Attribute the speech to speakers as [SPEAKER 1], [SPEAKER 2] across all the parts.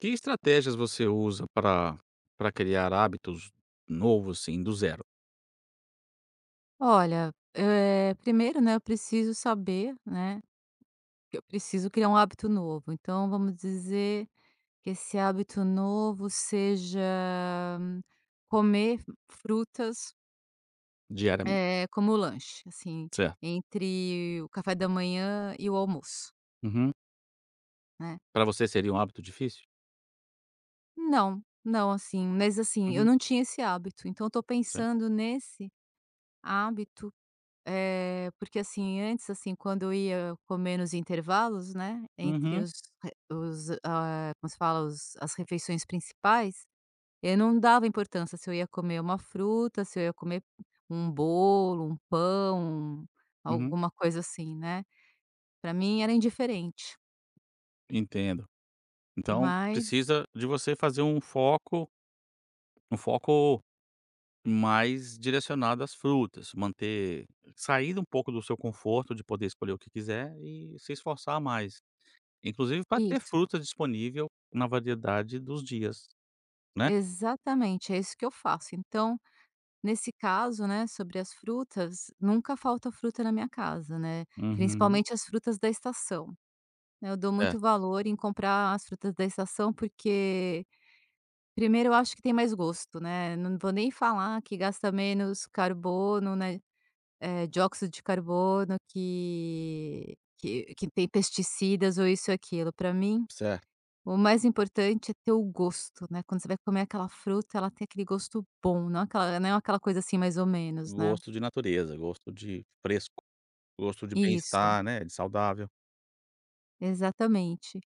[SPEAKER 1] Que estratégias você usa para criar hábitos novos, assim, do zero,
[SPEAKER 2] Olha, primeiro, né, eu preciso saber, né, que eu preciso criar um hábito novo. Então, vamos dizer que esse hábito novo seja hum, comer frutas
[SPEAKER 1] diariamente?
[SPEAKER 2] como lanche, assim,
[SPEAKER 1] Certo.
[SPEAKER 2] entre o café da manhã e o almoço,
[SPEAKER 1] Uhum.
[SPEAKER 2] né?
[SPEAKER 1] Pra você seria um hábito difícil?
[SPEAKER 2] Não, não, assim, mas assim, eu
[SPEAKER 1] Uhum.
[SPEAKER 2] não tinha esse hábito. Então, eu tô
[SPEAKER 1] Certo.
[SPEAKER 2] pensando nesse hábito. É porque assim, antes, assim, quando eu ia comer nos intervalos, né, entre
[SPEAKER 1] Uhum,
[SPEAKER 2] os, como se fala? Os as refeições principais, eu não dava importância se eu ia comer uma fruta, se eu ia comer um bolo, um pão,
[SPEAKER 1] uhum.
[SPEAKER 2] alguma coisa assim, né. Para mim era indiferente,
[SPEAKER 1] Entendo. Então
[SPEAKER 2] mas.
[SPEAKER 1] precisa de você fazer um foco mais direcionado às frutas, manter sair um pouco do seu conforto de poder escolher o que quiser e se esforçar mais, inclusive para ter
[SPEAKER 2] Isso,
[SPEAKER 1] fruta disponível na variedade dos dias, né?
[SPEAKER 2] exatamente, é isso que eu faço. Então, nesse caso, né, sobre as frutas, nunca falta fruta na minha casa, né,
[SPEAKER 1] Uhum.
[SPEAKER 2] principalmente as frutas da estação. Né? Eu dou muito
[SPEAKER 1] Certo,
[SPEAKER 2] valor em comprar as frutas da estação, porque primeiro eu acho que tem mais gosto, né, não vou nem falar que gasta menos carbono, né, dióxido de carbono, que tem pesticidas ou isso ou aquilo. Para mim,
[SPEAKER 1] certo.
[SPEAKER 2] o mais importante é ter o gosto, né, quando você vai comer aquela fruta, ela tem aquele gosto bom, não é aquela coisa assim mais ou menos, né.
[SPEAKER 1] Gosto de natureza, gosto de fresco, gosto de
[SPEAKER 2] Isso,
[SPEAKER 1] bem-estar, né, de saudável.
[SPEAKER 2] exatamente.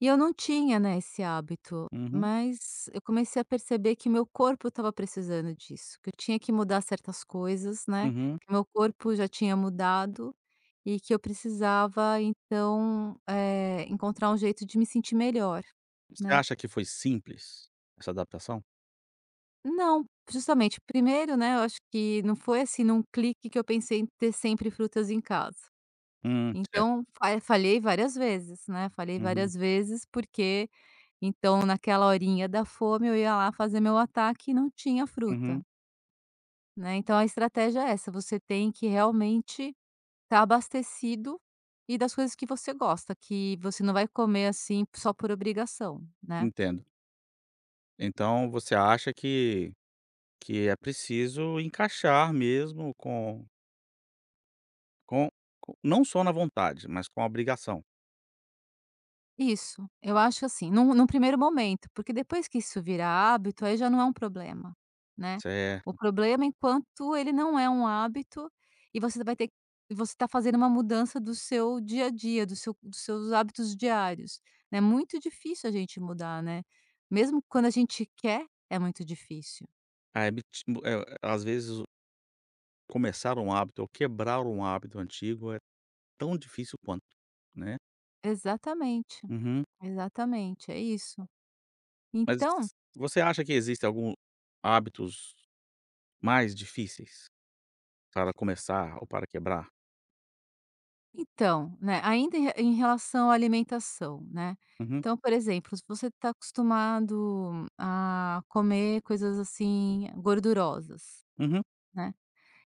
[SPEAKER 2] E eu não tinha, né, esse hábito,
[SPEAKER 1] Uhum,
[SPEAKER 2] mas eu comecei a perceber que meu corpo estava precisando disso, que eu tinha que mudar certas coisas, né,
[SPEAKER 1] uhum.
[SPEAKER 2] que meu corpo já tinha mudado e que eu precisava então, encontrar um jeito de me sentir melhor,
[SPEAKER 1] Você
[SPEAKER 2] né.
[SPEAKER 1] acha que foi simples essa adaptação?
[SPEAKER 2] Não, justamente, primeiro, né, eu acho que não foi assim num clique que eu pensei em ter sempre frutas em casa.
[SPEAKER 1] Certo.
[SPEAKER 2] Então, fa falhei várias vezes, né, falhei
[SPEAKER 1] Uhum,
[SPEAKER 2] várias vezes porque. Então, naquela horinha da fome, eu ia lá fazer meu ataque e não tinha
[SPEAKER 1] uhum,
[SPEAKER 2] fruta, né. Então a estratégia é essa, você tem que realmente estar abastecido e das coisas que você gosta, que você não vai comer, assim, só por obrigação, né.
[SPEAKER 1] entendo. Então você acha que é preciso encaixar mesmo com com não só na vontade, mas com a obrigação,
[SPEAKER 2] Isso, eu acho assim, num primeiro momento, porque depois que isso virar hábito, aí já não é um problema, né. O
[SPEAKER 1] certo.
[SPEAKER 2] problema é enquanto ele não é um hábito e você vai ter você está fazendo uma mudança do seu dia a dia, do seu dos seus hábitos diários, né. É muito difícil a gente mudar, né. Mesmo quando a gente quer, é muito difícil.
[SPEAKER 1] Às vezes começar um hábito ou quebrar um hábito antigo é tão difícil quanto, né.
[SPEAKER 2] Exatamente,
[SPEAKER 1] Uhum.
[SPEAKER 2] exatamente, é isso.
[SPEAKER 1] Mas
[SPEAKER 2] Então.
[SPEAKER 1] você acha que existe algum hábitos mais difíceis para começar ou para quebrar?
[SPEAKER 2] Então, né, ainda em re em relação à alimentação, né,
[SPEAKER 1] Uhum,
[SPEAKER 2] então, por exemplo, se você está acostumado a comer coisas, assim, gordurosas,
[SPEAKER 1] uhum,
[SPEAKER 2] né,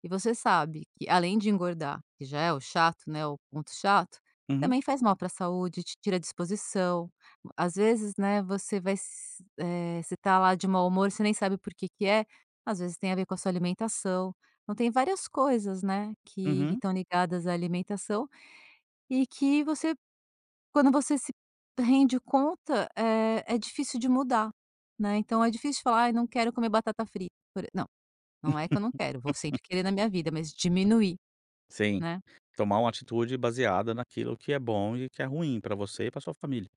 [SPEAKER 2] e você sabe que além de engordar, que já é o chato, né, o ponto chato,
[SPEAKER 1] uhum,
[SPEAKER 2] também faz mal para a saúde, te tira a disposição. Às vezes, né, você vai se eh, você tá lá de mau humor, você nem sabe por que que é, às vezes tem a ver com a sua alimentação. Então tem várias coisas, né, que
[SPEAKER 1] uhum.
[SPEAKER 2] estão ligadas à alimentação e que você quando você se rende conta, é difícil de mudar, né, então é difícil falar: "Ai, não quero comer batata frita", por e não, não é que eu não quero, vou sempre querer na minha vida, mas diminuir,
[SPEAKER 1] Sim,
[SPEAKER 2] né.
[SPEAKER 1] tomar uma atitude baseada naquilo que é bom e que é ruim para você e para sua família.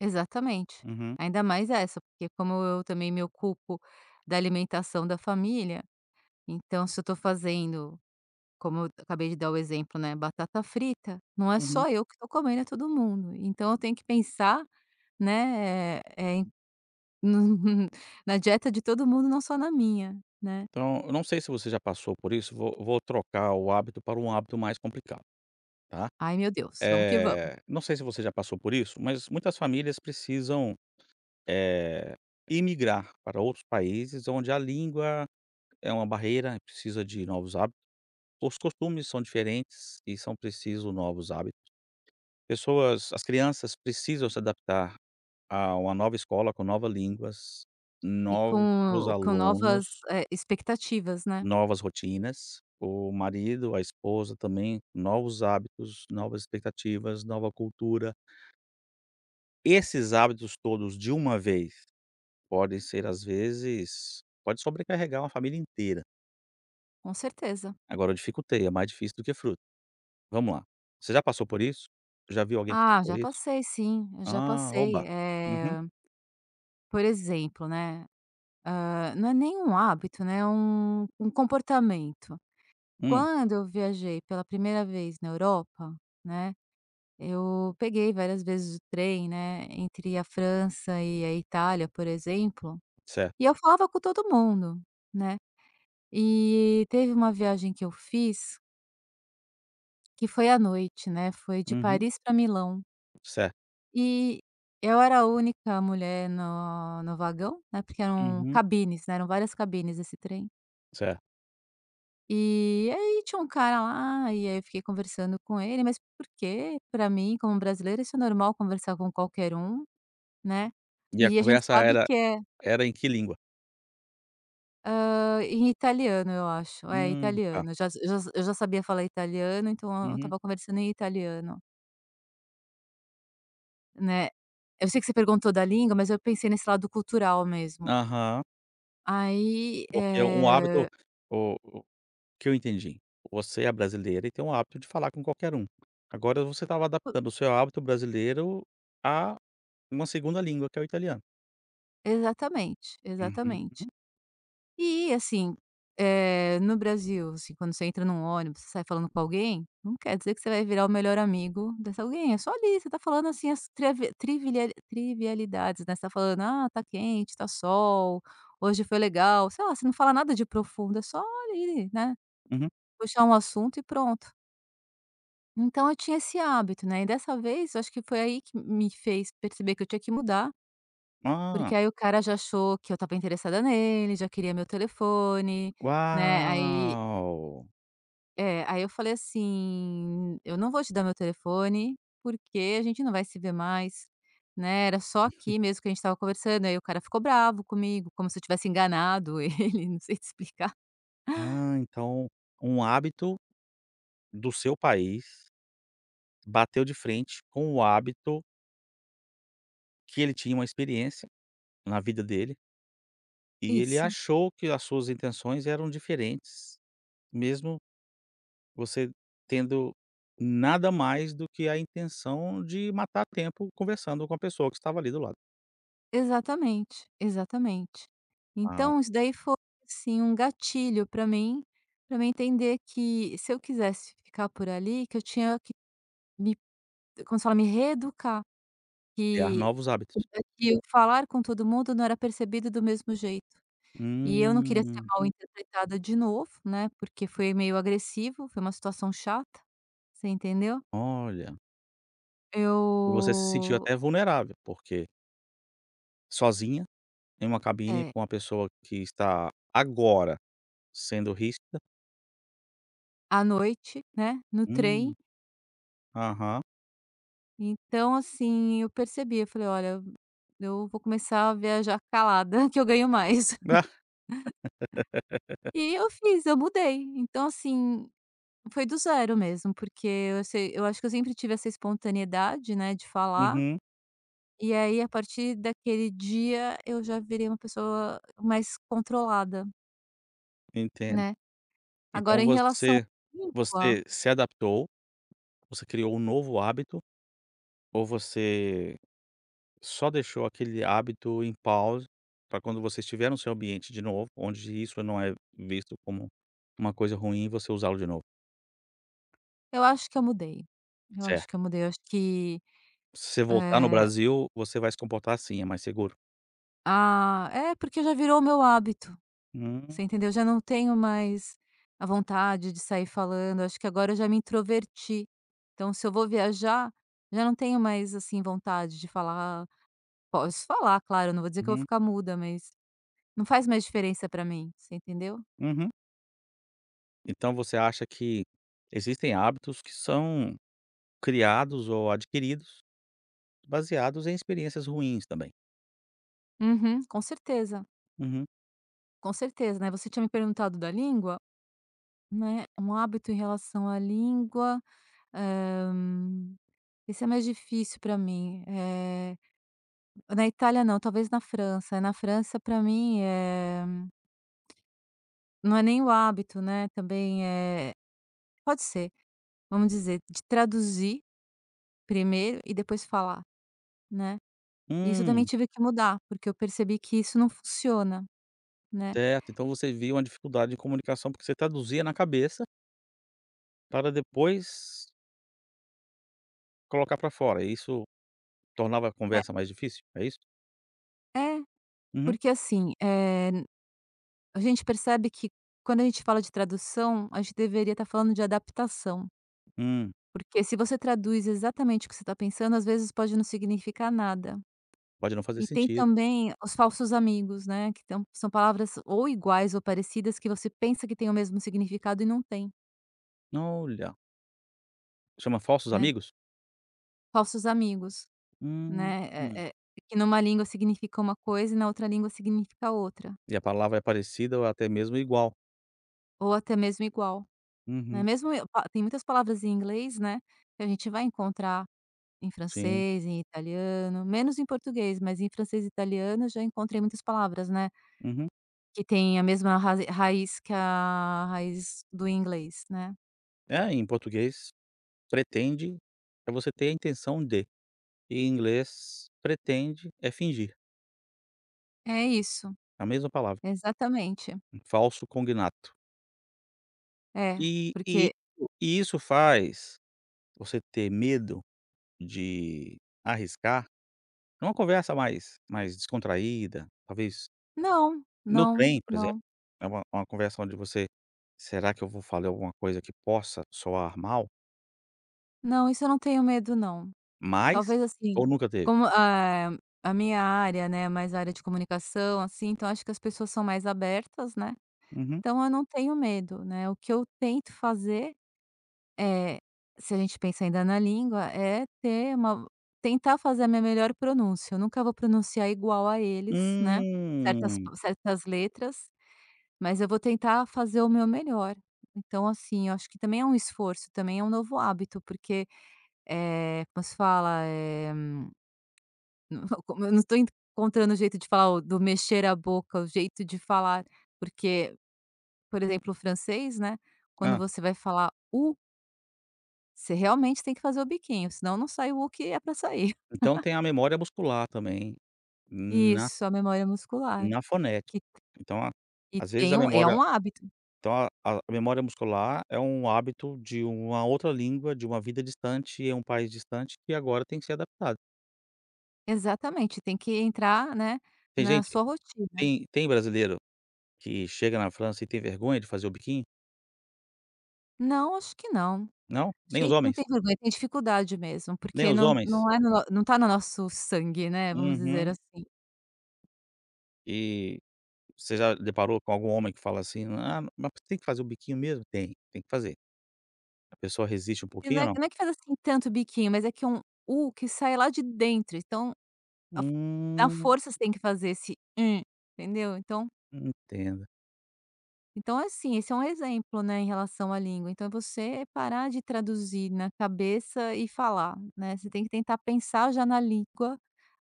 [SPEAKER 2] Exatamente.
[SPEAKER 1] Uhum,
[SPEAKER 2] Ainda mais essa, porque como eu também me ocupo da alimentação da família, então se eu tô fazendo, como eu acabei de dar o exemplo, né, batata frita, não é
[SPEAKER 1] uhum.
[SPEAKER 2] só eu que tô comendo, é todo mundo. Então eu tenho que pensar, né, eh, na dieta de todo mundo, não só na minha, né.
[SPEAKER 1] Então, eu não sei se você já passou por isso, vou trocar o hábito para um hábito mais complicado, tá.
[SPEAKER 2] Ai, meu Deus, vamos que vamos.
[SPEAKER 1] Não sei se você já passou por isso, mas muitas famílias precisam, eh, imigrar para outros países onde a língua é uma barreira, precisa de novos hábitos. Os costumes são diferentes e são preciso novos hábitos. Pessoas as crianças precisam se adaptar a uma nova escola com novas línguas,
[SPEAKER 2] E
[SPEAKER 1] novos
[SPEAKER 2] com novas,
[SPEAKER 1] alunos,
[SPEAKER 2] expectativas, né,
[SPEAKER 1] novas rotinas. O marido, a esposa também, novos hábitos, novas expectativas, nova cultura. Esses hábitos todos de uma vez podem ser, às vezes pode sobrecarregar uma família inteira.
[SPEAKER 2] com certeza.
[SPEAKER 1] Agora eu dificultei, é mais difícil do que fruta. Vamos lá. Você já passou por isso? Já viu alguém passar
[SPEAKER 2] Ah,
[SPEAKER 1] por
[SPEAKER 2] já
[SPEAKER 1] isso?
[SPEAKER 2] passei sim, eu já
[SPEAKER 1] Ah,
[SPEAKER 2] passei.
[SPEAKER 1] oba. Uhum.
[SPEAKER 2] Por exemplo, né, não é nem um hábito, né, é um comportamento.
[SPEAKER 1] Hum,
[SPEAKER 2] Quando eu viajei pela primeira vez na Europa, né, eu peguei várias vezes o trem, né, entre a França e a Itália, por exemplo,
[SPEAKER 1] certo.
[SPEAKER 2] e eu falava com todo mundo, né. E teve uma viagem que eu fiz, que foi à noite, né, foi de
[SPEAKER 1] Uhum.
[SPEAKER 2] Paris para Milão,
[SPEAKER 1] Certo.
[SPEAKER 2] e eu era a única mulher no vagão, né, porque eram
[SPEAKER 1] Uhum.
[SPEAKER 2] cabines, né, eram várias cabines esse trem.
[SPEAKER 1] Certo.
[SPEAKER 2] E aí tinha um cara lá, e aí eu fiquei conversando com ele, mas porque para mim, como brasileira, isso é normal conversar com qualquer um, né,
[SPEAKER 1] E a
[SPEAKER 2] e a gente
[SPEAKER 1] conversa
[SPEAKER 2] sabe
[SPEAKER 1] era
[SPEAKER 2] que é,
[SPEAKER 1] era em que língua?
[SPEAKER 2] em italiano eu acho, é
[SPEAKER 1] Tá.
[SPEAKER 2] italiano, eu já sabia falar italiano, então eu
[SPEAKER 1] Uhum.
[SPEAKER 2] estava conversando em italiano. Né. Eu sei que você perguntou da língua, mas eu pensei nesse lado cultural mesmo.
[SPEAKER 1] Aham.
[SPEAKER 2] Aí,
[SPEAKER 1] Porque um hábito
[SPEAKER 2] eh,
[SPEAKER 1] o que eu entendi, você é brasileira e tem um hábito de falar com qualquer um. Agora você estava
[SPEAKER 2] po
[SPEAKER 1] adaptando o seu hábito brasileiro a uma segunda língua, que é o italiano.
[SPEAKER 2] exatamente,
[SPEAKER 1] Uhum.
[SPEAKER 2] exatamente. E assim, no Brasil, assim, quando você entra num ônibus, você sai falando com alguém, não quer dizer que você vai virar o melhor amigo dessa alguém, é só ali, você tá falando, assim, as triavi trivilha trivialidades, né, você tá falando: "Ah, tá quente, tá sol, hoje foi legal", sei lá, você não fala nada de profundo, é só ali, né,
[SPEAKER 1] Uhum.
[SPEAKER 2] puxar um assunto e pronto. Então eu tinha esse hábito, né, e dessa vez, eu acho que foi aí que me fez perceber que eu tinha que mudar,
[SPEAKER 1] Ah,
[SPEAKER 2] porque aí o cara já achou que eu estava interessada nele, já queria meu telefone, né,
[SPEAKER 1] uau!
[SPEAKER 2] aí eu falei assim: "Eu não vou te dar meu telefone, porque a gente não vai se ver mais", né, era só aqui mesmo que a gente estava conversando, aí o cara ficou bravo comigo, como se eu tivesse enganado ele, não sei te explicar
[SPEAKER 1] Ah, então um hábito do seu país bateu de frente com o hábito que ele tinha uma experiência na vida dele e ele
[SPEAKER 2] isso.
[SPEAKER 1] achou que as suas intenções eram diferentes, mesmo você tendo nada mais do que a intenção de matar tempo conversando com a pessoa que estava ali do lado.
[SPEAKER 2] Exatamente, exatamente.
[SPEAKER 1] Ah,
[SPEAKER 2] Então isso daí foi, assim, um gatilho para mim entender que se eu quisesse ficar por ali, que eu tinha que me, como se fala, me reeducar,
[SPEAKER 1] criar
[SPEAKER 2] que
[SPEAKER 1] novos hábitos.
[SPEAKER 2] que o falar com todo mundo não era percebido do mesmo jeito. E eu não queria ser
[SPEAKER 1] Hum,
[SPEAKER 2] mal interpretada de novo, né, porque foi meio agressivo, foi uma situação chata, você entendeu?
[SPEAKER 1] olha, e você se sentiu
[SPEAKER 2] Eu
[SPEAKER 1] até vulnerável, porque sozinha em uma cabine
[SPEAKER 2] é,
[SPEAKER 1] com a pessoa que está agora sendo rígida?
[SPEAKER 2] À noite, né, no trem,
[SPEAKER 1] Hum, aham.
[SPEAKER 2] então assim, eu percebi, eu falei: "Olha." Eu vou começar a viajar calada que eu ganho mais.
[SPEAKER 1] Ah,
[SPEAKER 2] E eu fiz, eu mudei. Então assim, foi do zero mesmo, porque eu acho que eu sempre tive essa espontaneidade, né, de falar,
[SPEAKER 1] uhum,
[SPEAKER 2] e aí a partir daquele dia eu já virei uma pessoa mais controlada,
[SPEAKER 1] entendo.
[SPEAKER 2] né. Agora
[SPEAKER 1] Então
[SPEAKER 2] em relação
[SPEAKER 1] você
[SPEAKER 2] à língua,
[SPEAKER 1] você se adaptou, você criou um novo hábito, ou você só deixou aquele hábito em pausa para quando você estiver no seu ambiente de novo, onde isso não é visto como uma coisa ruim, você usá-lo de novo?
[SPEAKER 2] eu acho que eu mudei. Eu acho que eu
[SPEAKER 1] Certo.
[SPEAKER 2] mudei, eu acho que,
[SPEAKER 1] Se você voltar no
[SPEAKER 2] eh
[SPEAKER 1] Brasil, você vai se comportar assim, é mais seguro.
[SPEAKER 2] é porque já virou o meu hábito.
[SPEAKER 1] Hum,
[SPEAKER 2] Você entendeu? Eu já não tenho mais a vontade de sair falando, acho que agora eu já me introverti. Então, se eu vou viajar, já não tenho mais, assim, vontade de falar. Posso falar, claro, não vou dizer que eu vou
[SPEAKER 1] uhum,
[SPEAKER 2] ficar muda, mas não faz mais diferença pra mim, você entendeu?
[SPEAKER 1] uhum. Então você acha que existem hábitos que são criados ou adquiridos baseados em experiências ruins também.
[SPEAKER 2] Uhum,
[SPEAKER 1] Uhum.
[SPEAKER 2] com certeza, né. Você tinha me perguntado da língua, né, é um hábito em relação à língua, hã, esse é mais difícil pra mim. Na Itália não, talvez na França. Na França pra mim, não é nem o hábito, né, também pode ser, vamos dizer, de traduzir primeiro e depois falar, né. Isso eu também
[SPEAKER 1] Hum,
[SPEAKER 2] tive que mudar, porque eu percebi que isso não funciona, né.
[SPEAKER 1] certo. Então você viu uma dificuldade de comunicação, porque você traduzia na cabeça para depois colocar para fora, e isso tornava a
[SPEAKER 2] É
[SPEAKER 1] conversa mais difícil, é isso?
[SPEAKER 2] é,
[SPEAKER 1] Uhum.
[SPEAKER 2] porque assim, a gente percebe que quando a gente fala de tradução, a gente deveria estar falando de adaptação,
[SPEAKER 1] Hum,
[SPEAKER 2] porque se você traduz exatamente o que você está pensando, às vezes pode não significar nada.
[SPEAKER 1] pode não fazer
[SPEAKER 2] E tem
[SPEAKER 1] sentido.
[SPEAKER 2] também os falsos amigos, né, que tão são palavras ou iguais ou parecidas que você pensa que tem o mesmo significado e não tem,
[SPEAKER 1] Olha, chama falsos
[SPEAKER 2] né.
[SPEAKER 1] amigos?
[SPEAKER 2] Falsos amigos,
[SPEAKER 1] Hum,
[SPEAKER 2] né,
[SPEAKER 1] hum.
[SPEAKER 2] que numa língua significa uma coisa e na outra língua significa outra,
[SPEAKER 1] E a palavra é parecida ou até mesmo igual.
[SPEAKER 2] ou até mesmo igual, né.
[SPEAKER 1] Uhum.
[SPEAKER 2] Mesmo eu pa Tem muitas palavras em inglês, né, que a gente vai encontrar em
[SPEAKER 1] Sim.
[SPEAKER 2] francês, em italiano, menos em português, mas em francês e italiano eu já encontrei muitas palavras, né,
[SPEAKER 1] Uhum.
[SPEAKER 2] que têm a mesma raze raiz que a raiz do inglês, né.
[SPEAKER 1] É, em português, pretende é você ter a intenção de, e em inglês, pretende é fingir,
[SPEAKER 2] É isso.
[SPEAKER 1] a mesma palavra.
[SPEAKER 2] Exatamente.
[SPEAKER 1] Falso cognato.
[SPEAKER 2] É,
[SPEAKER 1] E e
[SPEAKER 2] porque
[SPEAKER 1] isso e isso faz você ter medo de arriscar numa conversa mais descontraída, talvez
[SPEAKER 2] não,
[SPEAKER 1] no
[SPEAKER 2] não,
[SPEAKER 1] trem, por exemplo,
[SPEAKER 2] não,
[SPEAKER 1] é uma conversa onde você: "Será que eu vou falar alguma coisa que possa soar mal?"
[SPEAKER 2] não, isso eu não tenho medo não.
[SPEAKER 1] Mas
[SPEAKER 2] Talvez, assim,
[SPEAKER 1] ou nunca teve?
[SPEAKER 2] como, a minha área, né, mais a área de comunicação, assim, então acho que as pessoas são mais abertas, né,
[SPEAKER 1] Uhum.
[SPEAKER 2] então eu não tenho medo, né. O que eu tento fazer é, se a gente pensa ainda na língua, é ter uma tentar fazer a minha melhor pronúncia, eu nunca vou pronunciar igual a eles, né, certas
[SPEAKER 1] Hum.
[SPEAKER 2] certas letras. Mas eu vou tentar fazer o meu melhor. Então, assim, eu acho que também é um esforço, também é um novo hábito, porque, como se fala, como eu não estou encontrando o jeito de falar, o do mexer a boca, o jeito de falar, porque, por exemplo, o francês, né, quando
[SPEAKER 1] Hã.
[SPEAKER 2] você vai falar "u", você realmente tem que fazer o biquinho, senão não sai o "u" que é para sair.
[SPEAKER 1] Então tem a memória muscular também na
[SPEAKER 2] Isso, a memória muscular,
[SPEAKER 1] na fonética.
[SPEAKER 2] que
[SPEAKER 1] Então a
[SPEAKER 2] e
[SPEAKER 1] às vezes
[SPEAKER 2] tem
[SPEAKER 1] a
[SPEAKER 2] um é
[SPEAKER 1] memória
[SPEAKER 2] um hábito.
[SPEAKER 1] Então a memória muscular é um hábito de uma outra língua, de uma vida distante, em um país distante, que agora tem que ser adaptado.
[SPEAKER 2] Exatamente, tem que entrar, né,
[SPEAKER 1] Tem
[SPEAKER 2] na
[SPEAKER 1] gente
[SPEAKER 2] sua rotina.
[SPEAKER 1] tem brasileiro que chega na França e tem vergonha de fazer o biquinho?
[SPEAKER 2] Não, acho que não.
[SPEAKER 1] Não,
[SPEAKER 2] Acho
[SPEAKER 1] nem
[SPEAKER 2] que a
[SPEAKER 1] os
[SPEAKER 2] gente não
[SPEAKER 1] homens,
[SPEAKER 2] tem vergonha, tem dificuldade mesmo,
[SPEAKER 1] nem
[SPEAKER 2] porque
[SPEAKER 1] os
[SPEAKER 2] não
[SPEAKER 1] homens.
[SPEAKER 2] não não tá no nosso sangue, né, vamos dizer
[SPEAKER 1] Uhum.
[SPEAKER 2] assim.
[SPEAKER 1] E você já deparou com algum homem que fala assim: "Ah, mas tem que fazer o biquinho mesmo?" Tem, tem que fazer. A pessoa resiste um
[SPEAKER 2] E não
[SPEAKER 1] pouquinho
[SPEAKER 2] é
[SPEAKER 1] ou não?
[SPEAKER 2] não é que faz, assim, tanto biquinho, mas é que é um "u" que sai lá de dentro, então a na
[SPEAKER 1] Hum,
[SPEAKER 2] força você tem que fazer esse entendeu. Então
[SPEAKER 1] entendo.
[SPEAKER 2] então, assim, esse é um exemplo, né, em relação à língua, então é você parar de traduzir na cabeça e falar, né, você tem que tentar pensar já na língua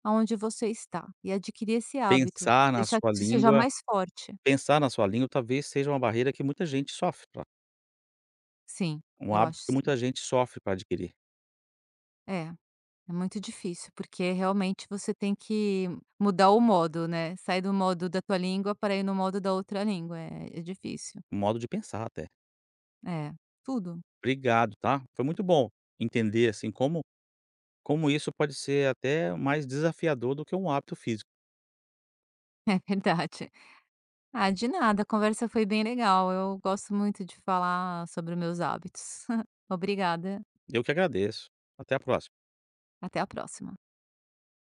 [SPEAKER 2] aonde você está e adquirir esse hábito,
[SPEAKER 1] Pensar na
[SPEAKER 2] deixar que
[SPEAKER 1] sua
[SPEAKER 2] isso seja
[SPEAKER 1] língua
[SPEAKER 2] mais forte.
[SPEAKER 1] Pensar na sua língua talvez seja uma barreira que muita gente sofre.
[SPEAKER 2] Sim,
[SPEAKER 1] Um
[SPEAKER 2] eu acho
[SPEAKER 1] hábito que
[SPEAKER 2] sim.
[SPEAKER 1] muita gente sofre para adquirir,
[SPEAKER 2] É, é muito difícil, porque realmente você tem que mudar o modo, né, sair do modo da tua língua para ir no modo da outra língua, é difícil.
[SPEAKER 1] um modo de pensar até.
[SPEAKER 2] É, tudo,
[SPEAKER 1] Obrigado, tá? Foi muito bom entender, assim, como como isso pode ser até mais desafiador do que um hábito físico.
[SPEAKER 2] é verdade. Ah, de nada, a conversa foi bem legal, eu gosto muito de falar sobre meus hábitos. Obrigada,
[SPEAKER 1] Eu que agradeço. Até a próxima.
[SPEAKER 2] até a próxima.